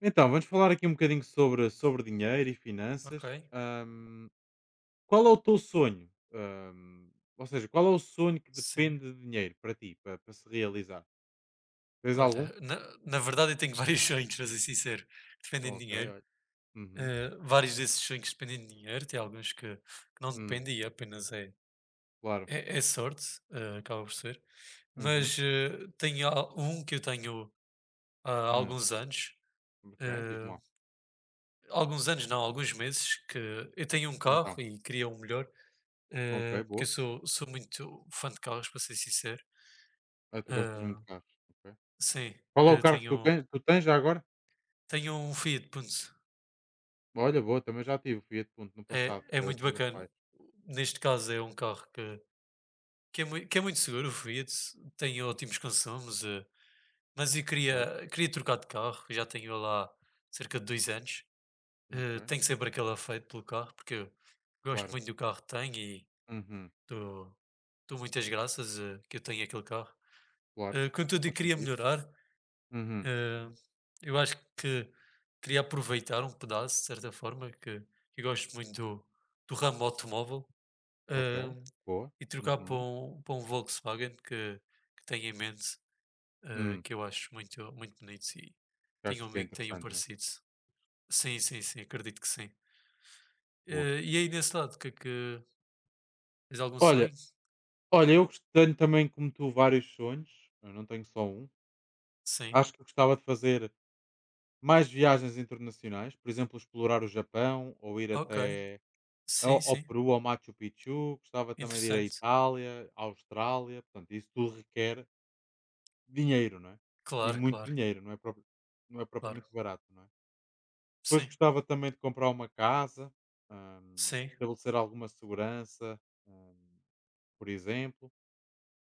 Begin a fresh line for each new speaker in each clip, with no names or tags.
Então, vamos falar aqui um bocadinho sobre dinheiro e
Ok,
finanças. Qual é o teu sonho? Ou seja, qual é o sonho que
sim.
depende de dinheiro para ti, para se realizar? Tens algum?
Olha, na verdade eu tenho vários sonhos, para ser sincero, que dependem de
Ok,
dinheiro.
olha. Uhum.
Vários desses sonhos dependem de dinheiro, tem alguns que não
Hum,
dependem e apenas
claro.
é sorte, acaba por ser.
Uhum.
Mas tenho um que eu tenho há
Hum.
alguns anos,
Ok, diz-me
eh,
lá.
alguns anos não, alguns meses, que eu tenho um carro
Então,
e queria um melhor,
ok,
porque
boa.
sou muito fã de carros, para ser sincero.
Ah, tu gostas
Eh,
muito de carros. Ok.
sim,
Qual é o
eh,
carro que tu,
tenho,
quem- tu tens já agora?
tenho um Fiat Punto.
Olha, boa, também já tive o Fiat Punto no
É,
passado.
é
Era
muito
dos meus
bacana.
pais.
Neste caso é um carro que é muito seguro, o Fiat, tem ótimos consumos, mas
Olha,
queria trocar de carro, já tenho lá cerca de 2 anos.
ok,
Tenho sempre aquele afeto pelo carro, porque eu gosto
claro.
muito do carro que tenho e
Uhum.
dou, dou muitas graças que eu tenho aquele carro.
Claro,
Contudo, eu
faz
queria
sentido.
melhorar.
Uhum.
eh, eu acho que queria aproveitar um pedaço, de certa forma, que eu gosto muito do ramo automóvel.
Ok,
Eh,
boa.
E trocar para
Uhum.
para um Volkswagen que tenho em mente,
Hum,
que eu acho muito bonito. E tenho
achas
um
que é
amigo que tem um
interessante, não é?
parecido. Sim, acredito que sim.
Boa.
E aí nesse lado, é que tens algum sonho?
Olha, olha, tenho também, como tu, vários sonhos. Eu não tenho só um.
Sim.
Acho que eu gostava de fazer mais viagens internacionais, por exemplo, explorar o Japão ou ir
Ok.
até ao
Sim.
Peru, ao Machu Picchu. Gostava também de ir à
Interessante.
Itália, à Austrália. Portanto, isso tudo requer dinheiro, não é? E
Claro,
muito
claro,
dinheiro, não é, não é propriamente
Claro.
barato, não é? Depois
Sim,
gostava também de comprar uma casa,
sim.
estabelecer alguma segurança, hum, por exemplo.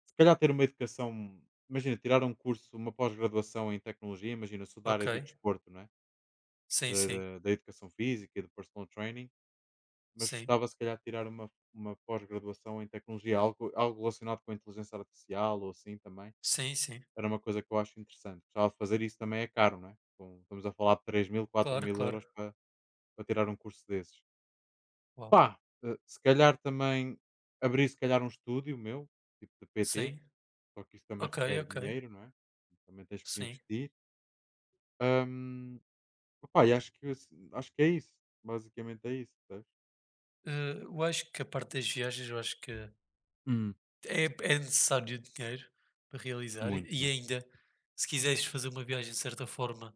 Se calhar ter uma educação, imagina, tirar um curso, uma pós-graduação em tecnologia, imagina, eu sou da
Ok.
área do desporto, não é?
Sim.
Da educação física e do personal training, mas
Sim.
gostava se calhar de tirar uma pós-graduação em tecnologia, algo relacionado com a inteligência artificial ou assim também.
Sim.
Era uma coisa que eu acho interessante. Gostava de fazer isso também é caro, não é? Estamos a falar de 3 mil, quatro mil
Claro.
euros para tirar um curso desses.
Uau.
Pá, se calhar também abrir se calhar um estúdio meu, tipo de PT,
Sim.
só que isso também requer
Ok.
dinheiro, não é? Também tens que
Sim.
investir. Ahm, Opá, e acho que é isso. Basicamente é isso, sabes?
Eu acho que a parte das viagens, eu acho que
Hum.
é é necessário dinheiro para realizar
Muito,
e
né?
ainda, se quiseres fazer uma viagem de certa forma,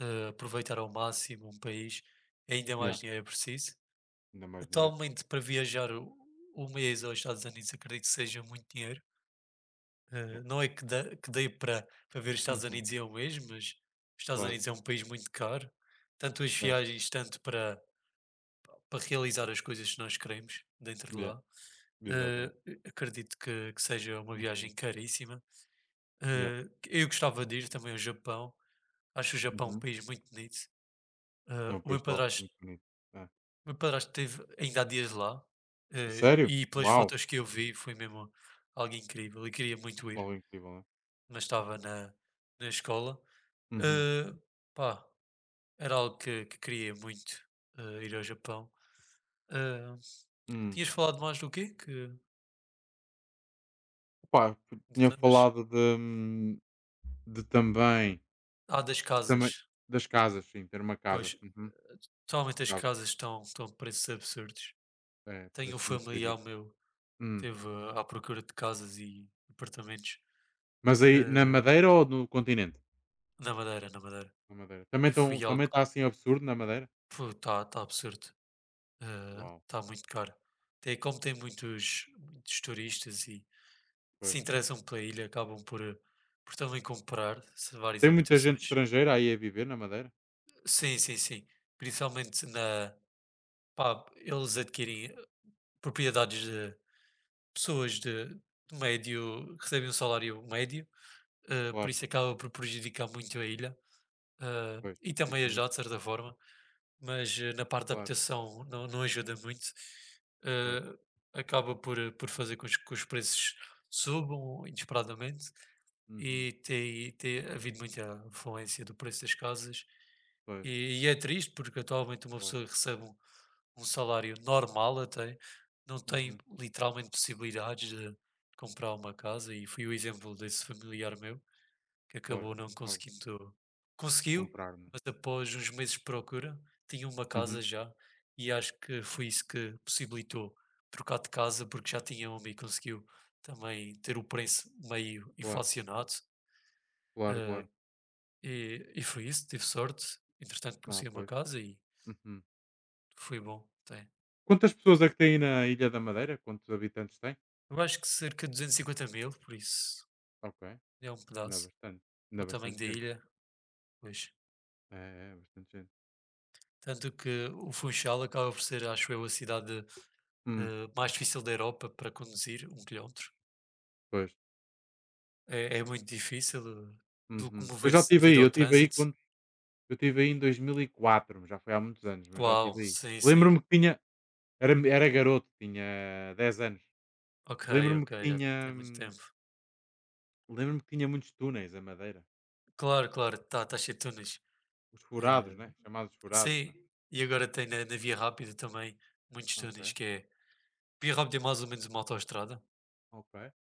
aproveitar ao máximo um país, ainda
Yeah.
mais dinheiro é preciso.
Ainda mais dinheiro é preciso.
Atualmente, para viajar o mês aos Estados Unidos, acredito que seja muito dinheiro.
Yeah.
Não é que dê para ver os Estados
Uhum.
Unidos em um mês, mas os Estados
Claro.
Unidos é um país muito caro, tanto as
É.
viagens, tanto para realizar as coisas que nós queremos dentro de
Yeah.
lá. Eh,
Exatamente.
Acredito que seja uma
Uhum.
viagem caríssima.
Yeah.
Eu gostava de ir também ao Japão. Acho o Japão um
Uhum.
país muito bonito.
É
Eh,
um
o meu
país top,
padrasto,
muito bonito. É.
o meu padrasto esteve ainda há dias lá,
Sério?
e pelas
Uau!
fotos que eu vi foi mesmo algo incrível. Eu queria muito ir,
Algo incrível, né?
mas estava na escola.
Uhum.
Eh, Pá, era algo que queria muito, ir ao Japão. Eh,
Hum.
Tinhas falado mais do quê? Que
Opá,
não te
tinha
lembras?
falado de também.
Ah, das
Eu também
casas.
das casas, sim, ter uma casa.
Pois,
Uhum.
atualmente as
Gostava.
estão a preços absurdos.
É,
Tenho um
preços muito
familiar
ridículo.
meu.
Hum.
Esteve à procura de casas e apartamentos,
Mas aí na
eh,
Madeira ou no continente?
na Madeira.
Na Madeira. Também
E foi
estão também
algo
está assim absurdo na Madeira?
está tá tá absurdo,
Uau,
está muito caro. Tem como tem muitos turistas e que se
pois.
interessam pela ilha, acabam por, por também comprar se várias
Tem muita gente
habitações.
estrangeira aí a viver na Madeira?
Sim. Principalmente na pá, eles adquirem propriedades de pessoas de médio recebem um salário médio, por
Claro,
isso acaba por prejudicar muito a ilha. Ah,
pois.
e também
Fica muito
ajuda de certa forma, mas na parte da
claro,
habitação não ajuda muito.
pois.
Ah, acaba por, por fazer com que os preços subam inesperadamente
Uhum.
e tem havido muita influência do preço das casas.
Pois,
E é triste porque atualmente uma
claro.
pessoa que recebe um salário normal até não tem
Uhum.
literalmente possibilidades de comprar uma casa e foi o exemplo desse familiar meu que
Claro,
acabou não
claro.
conseguindo. Conseguiu,
Comprar, né?
mas após uns meses de procura, tinha uma casa
Uhum.
já e acho que foi isso que possibilitou trocar de casa porque já tinha uma e conseguiu também ter o preço meio
Claro,
inflacionado.
claro,
eh,
claro.
e, e foi isso, tive sorte. Entretanto,
Ah,
consegui uma
pois.
casa e
Uhum.
foi bom. Tem.
Quantas pessoas é que tem aí na Ilha da Madeira? Quantos habitantes tem?
Eu acho que cerca de 250 mil, por isso
Ok.
é um
Ainda há
pedaço.
bastante.
Para
Ainda
o
há
tamanho
bastante
da
gente.
ilha, pois.
É, é bastante gente.
Tanto que o Funchal acaba por ser, acho eu, a cidade
Hum,
mais difícil da Europa para conduzir, um quilómetro.
pois.
É, é muito difícil eh, do que
Uhum.
mover-se devido ao
Eu estive aí
trânsito.
quando eu estive aí em 2004, já foi há muitos anos, mas já
Uau,
estive aí.
sim.
Lembro-me que era garoto, tinha 10 anos.
Ok,
Lembro-me
ok,
que
já
tinha,
tem muito
hum,
tempo.
lembro-me que tinha muitos túneis a Madeira.
Claro, tá cheio de túneis.
Os furados,
Eh,
né? Chamados furados,
sim,
né?
e agora tem na Via Rápida também muitos
Ok,
túneis, que é... Via Rápida é mais ou menos uma autoestrada.
ok.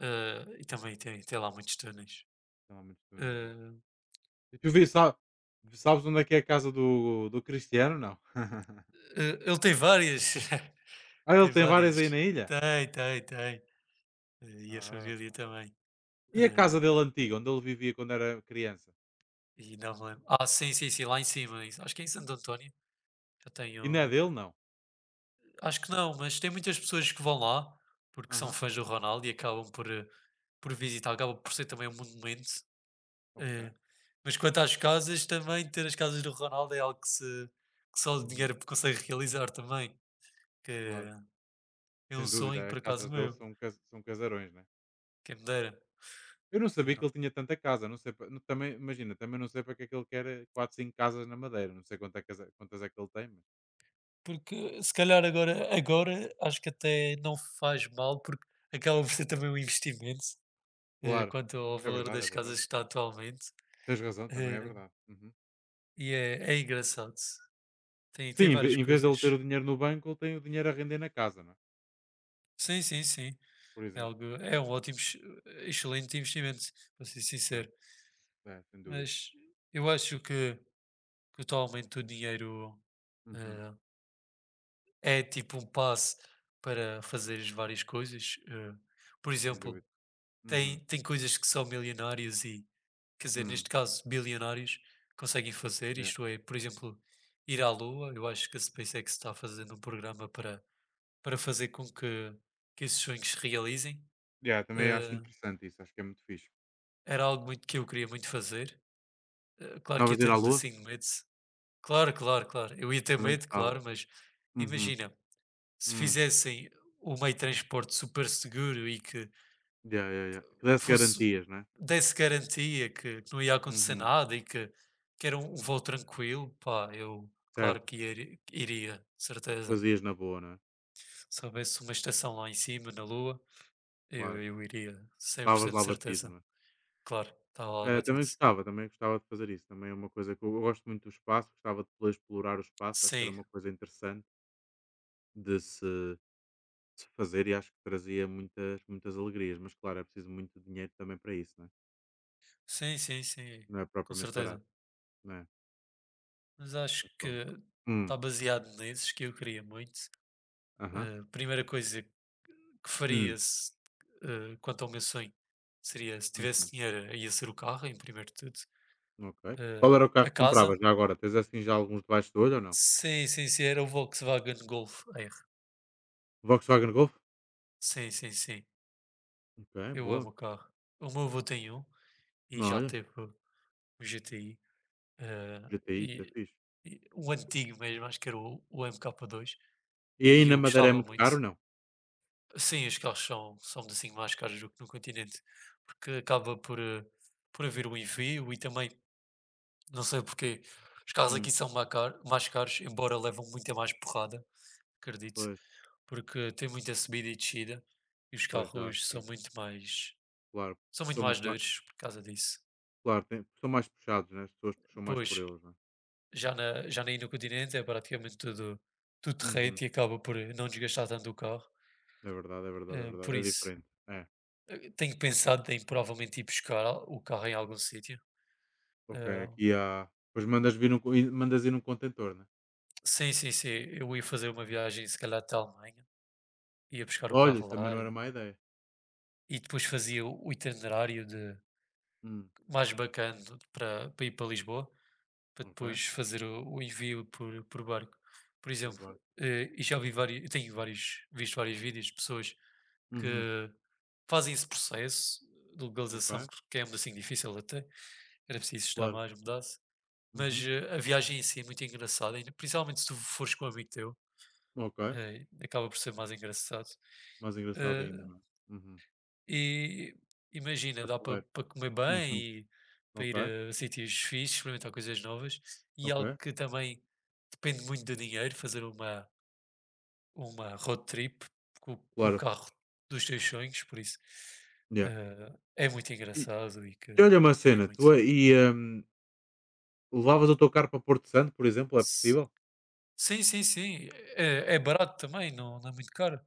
E também tem lá muitos túneis.
Então há muitos túneis, né?
Eh,
E sabes onde é que é a casa do Cristiano? Não.
Ele tem várias,
Ah,
tem
ele tem
várias.
várias aí na ilha?
Tem. E a
Ah,
família
pá.
também.
E a
Eh,
casa dele antiga, onde ele vivia quando era criança?
e não me lembro. Ah, sim, lá em cima. Isso. Acho que é em Santo António. Eu
E não é
tenho.
dele, não?
Acho que não, mas tem muitas pessoas que vão lá porque são
Aham,
fãs do Ronaldo e acabam por, por visitar, acaba por ser também um monumento.
ok.
eh, Mas quanto às casas, também ter as casas do Ronaldo é algo que, se, que só o
Uhum,
dinheiro consegue realizar também. Que
claro,
é um
sem
sonho,
dúvida,
por
as
acaso
casas dele
meu.
são casarões, né.
Quem me dera.
Eu não sabia
Era.
que ele tinha tanta casa, não sei pa não- também imagina, também não sei para que é que ele quer, 4 5 casas na Madeira, não sei quanto é casa quantas é que ele tem, mas
Porque se calhar agora acho que até não faz mal, porque acaba por ser também um investimento
claro,
quanto ao
é
valor
verdade, é
das casas
verdade.
que está atualmente.
Tens razão, também é
Eh,
verdade. Uhum.
e é engraçado.
Sim,
Tem
em ve
várias
em vez de ele ter
coisas.
o dinheiro no banco, ele tem o dinheiro a render na casa, não é,
Sim.
por
É
exemplo.
algo, é um excelente investimento, para ser
É,
sincero.
é, sem dúvida.
Mas eu acho que atualmente o dinheiro
Uhum,
eh, é tipo um passo para fazeres várias coisas. Eh. Por
sem
exemplo,
dúvida. Uhum,
Tem coisas que só milionários e quer dizer,
hum,
neste caso, bilionários conseguem fazer,
yeah.
isto é, por exemplo, ir à Lua. Eu acho que a SpaceX está fazendo um programa para fazer com que esses sonhos se realizem.
Yeah, também acho
Eh,
interessante isso, acho que é muito fixe.
Era algo muito que eu queria muito fazer. Claro que ia
Gostavas de ir
ter
à
um
lua?
pedacinho de medo. Claro. Eu ia ter
Também
medo,
gostava.
claro, mas
Uhum,
imagina, se
hum.
fizessem o meio de transporte super seguro e que
Ya, ya, ya. Que
que
desse
fosse,
garantias, não é?
desse garantia que não ia acontecer
Uhum.
nada e que era um voo tranquilo, pá, eu claro
Certo.
que iria, de certeza.
Fazias na boa, não é?
Se houvesse uma estação lá em cima, na Lua,
Claro.
eu iria,
Estavas
100% de
lá batido,
certeza.
não é?
Claro, estava lá batido.
Também gostava de fazer isso. Também é uma coisa que eu gosto muito do espaço, gostava de poder explorar o espaço, acho que era
Sim,
uma coisa interessante de se, de se fazer e acho que trazia muitas, muitas alegrias. Mas claro, é preciso muito dinheiro também para isso, não é?
sim,
Não é
com
propriamente barato,
certeza.
não é?
Mas acho
Mas
que
pronto. Hum,
está baseado nesses que eu queria muito.
aham.
Primeira coisa que
Hum,
faria se, eh, quanto ao meu sonho seria, se tivesse
uhum.
dinheiro, ia ser o carro, em primeiro de tudo.
Ok.
Eh,
Qual era o carro
a
que
casa?
compravas já agora? Tens assim já alguns debaixo do olho ou não?
Sim, era o Volkswagen Golf R.
Volkswagen Golf?
Sim.
Ok,
Eu amo
boa.
o carro. O meu avô tem um e
Não,
já
olha,
teve o GTI. eh,
GTI, isso é
e,
fixe.
e o antigo mesmo, acho que era o MK2.
E aí
E
na
eu
Madeira é
gostava
muito caro,
muito.
não?
Sim, os são assim mais caros do que no continente. Porque acaba por, por haver um envio e também, não sei porquê, os carros aqui
Hum,
são mais caros, embora levam muita mais porrada. Acredito,
pois,
porque tem muita subida e descida e os
pois já
carros
sim, claro.
são muito
São
mais
muito mais,
duros por causa disso.
claro, são mais puxados, né? As pessoas puxam mais por
Pois,
eles, né?
já na myl no Continente é praticamente tudo terreno
Uhum.
e acaba por não desgastar tanto o carro,
É verdade, é verdade, é verdade.
por
É
isso,
diferente. É.
tenho pensado em provavelmente ir buscar al o carro em algum sítio.
Ok,
Eh,
aqui há. Pois mandas vir e mandas ir num contentor, né?
sim, eu ia fazer uma viagem se calhar até a Alemanha, ia buscar o
Olha,
carro
isso também não
lá
era
e
má ideia.
depois fazia o itinerário de
Hum,
mais bacana para ir para Lisboa. Para
ok.
depois fazer o envio por barco. Por
Por
exemplo,
barco.
e já vi vários, eu tenho vários, visto vários vídeos de pessoas
Uhum.
que fazem esse processo de
Ok,
legalização, que é ainda assim difícil até, era preciso estar
claro.
mais, mudar-se. Mas
Uhum.
a viagem em si é muito engraçada, e principalmente se tu fores com um amigo teu,
Ok.
acaba por ser mais engraçado.
Mais engraçado
Eh,
ainda, não é? Uhum.
e imagina,
É
dá
porreiro.
para comer bem
Uhum.
e para
Ok,
ir a sítios fixes, experimentar coisas novas. E
ok.
algo que também depende muito do dinheiro, fazer uma road trip com o
Claro.
carro dos teus sonhos, por isso,
Yeah.
é muito engraçado e que
E olha uma
queria
cena,
muito.
tu levavas o teu carro para Porto Santo, por exemplo, é
S
possível?
Sim, é barato também, não é muito caro.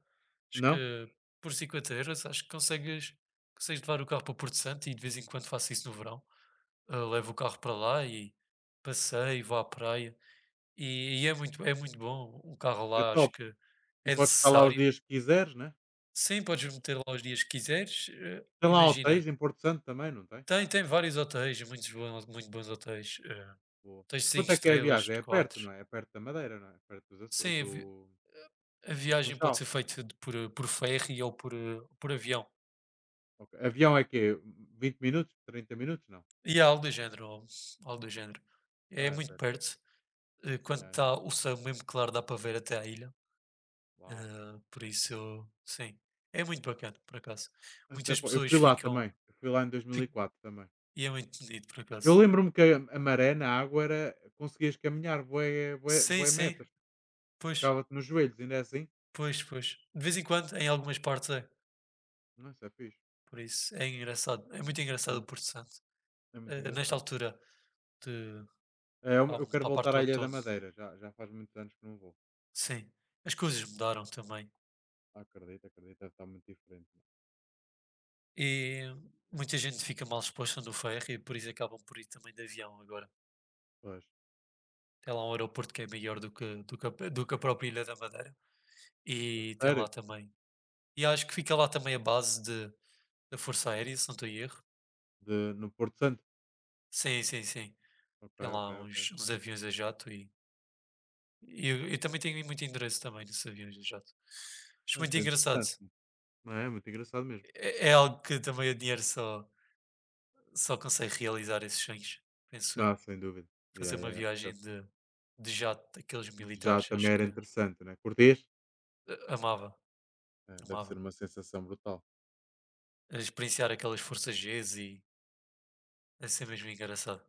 Acho
Não?
que por 50 euros acho que consegues levar o carro para Porto Santo e de vez em quando faço isso no verão. Ah, levo o carro para lá e passeio, vou à praia e é muito bom. O carro
Isso é
lá acho
top.
que
E
é
podes ficar lá os
necessário.
dias que quiseres, né?
Sim, podes meter lá os dias que quiseres,
Tem lá hotéis
imagina,
em Porto Santo também, não tem?
tem vários hotéis, muito bons hotéis,
Boa.
tens 5
Quanto é que é a
estrelas,
viagem?
de
É perto,
4.
não é? É perto da Madeira, não é? É perto dos Aço
Sim, a vi
do
a
do
viagem pode
Funchal.
ser feita de por, por ferry ou por, por avião
Ok. Avião é quê? 20 minutos? 30 minutos? Não.
e é algo do género ou algo do género. É
Ah, é
muito
perto.
perto, quando
É, né?
está o céu mesmo claro dá para ver até à ilha.
Uau.
Ah, por isso eu sim, é muito bacana, por acaso.
Isso é
Muitas
po eu
pessoas
fui lá
ficam
também. Eu fui lá em
fi
2004 também.
e é muito bonito, por
Eu
acaso.
lembro-me que a maré na água era conseguias caminhar bué bué
Sim,
bué
sim,
metros.
pois,
Ficava-te nos joelhos, ainda é assim?
pois. De vez em quando, em algumas partes é.
Não, isso é fixe.
Por isso é engraçado, é muito
É
engraçado o
muito,
Porto Santo.
é muito
Ah, nesta
engraçado. Sim.
altura de
É, eu
para
eu quero
a parte
voltar
do
à Ilha
outono,
da Madeira. Já faz muitos anos que não vou.
sim, as coisas mudaram também.
Ah, acredito, acredito. Deve estar muito diferente, mano.
E muita gente fica mal exposta no ferro e por isso acabam por ir também de avião agora.
Pois.
Tem lá um aeroporto que é maior do que a do que a própria Ilha da Madeira
A
e tem lá
sério?
também. E acho que fica lá também a base de da Força Aérea, se não estou em erro.
No Porto Santo?
Sim.
Ok,
Tem
ok,
lá
ok.
uns aviões a jato e eu também tenho muito interesse também nesses aviões a jato. Acho
Ah,
muito
isso é
engraçado.
interessante, mano. Não, é muito engraçado mesmo.
É, é algo que também o dinheiro só consegue realizar esses sonhos, penso eu.
Ah, sem dúvida.
Fazer
Yeah,
uma
yeah,
viagem
yeah.
de jato daqueles
Já
militares,
também
acho
era
que
interessante, né? Curtês?
a amava,
É, deve ser
amava.
uma sensação brutal.
Experienciar aquelas Forças Gs e deve ser mesmo engraçado.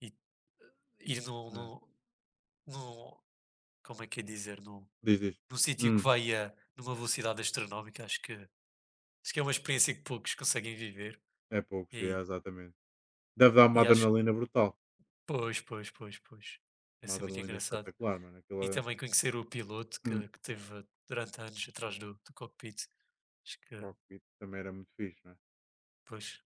E ir num
Né?
num num como é que é dizer?
Diz.
Num sítio que
Hum,
vai a numa velocidade astronómica, acho que é uma experiência que poucos conseguem viver
é poucos, yeah,
e,
exatamente. Deve dar uma
acho que
adrenalina brutal.
pois. Vai
Uma
ser muito
adrenalina
engraçado.
espetacular, mano. Aquilo
E
é.
também conhecer o piloto
hum,
que teve durante anos atrás do cockpit. Acho que,
Cockpit também era muito fixe, não é?
pois.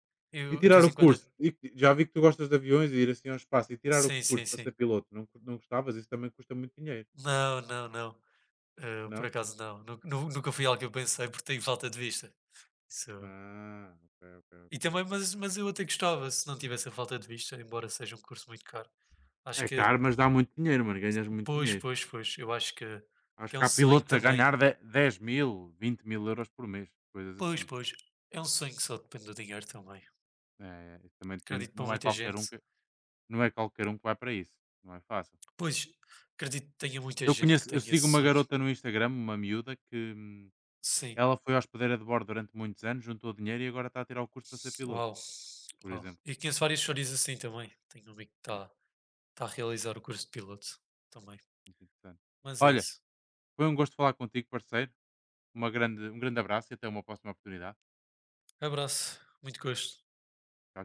E
Eu de
tirar
vez em
o
quando.
curso? E já vi que tu gostas de aviões e ir assim ao espaço. E tirar o curso para ser
Sim.
piloto? Não, não gostavas? Isso também custa muito dinheiro,
Não. Por
não?
acaso não. Nunca foi algo que eu pensei porque tenho falta de vista. Isso.
Ah, ok, ok,
E
ok.
também,
Ok.
mas eu até gostava se não tivesse a falta de vista, embora seja um curso muito caro. Acho
É
que
caro, mas dá muito dinheiro, mano. Ganhas muito dinheiro.
Pois. Eu acho que
Acho
é um
que há
sonho
pilotos a
também.
ganhar 10 mil, 20 mil euros por mês, coisas assim.
Pois. É um sonho que só depende do dinheiro também.
É, é, isso também depende.
Acredito para
Não é
muita
qualquer um
gente.
que não é qualquer um que vai para isso. Não é fácil.
Pois, acredito que tenha muita
Eu
gente que
conheço, eu
tenha
sigo
esse
uma
sonho.
garota no Instagram, uma miúda que.
Sim.
Ela foi hospedeira de bordo durante muitos anos, juntou dinheiro e agora está a tirar o curso para ser piloto,
Uau,
por
Uau.
exemplo.
E conheço várias histórias assim também. Tenho um amigo que
É,
está tá tá a realizar o curso de piloto também.
muito interessante.
Mas é
Olha,
isso.
foi um gosto falar contigo, parceiro. Um grande abraço e até uma próxima oportunidade.
Abraço. Muito gosto.
Tchau, tchau.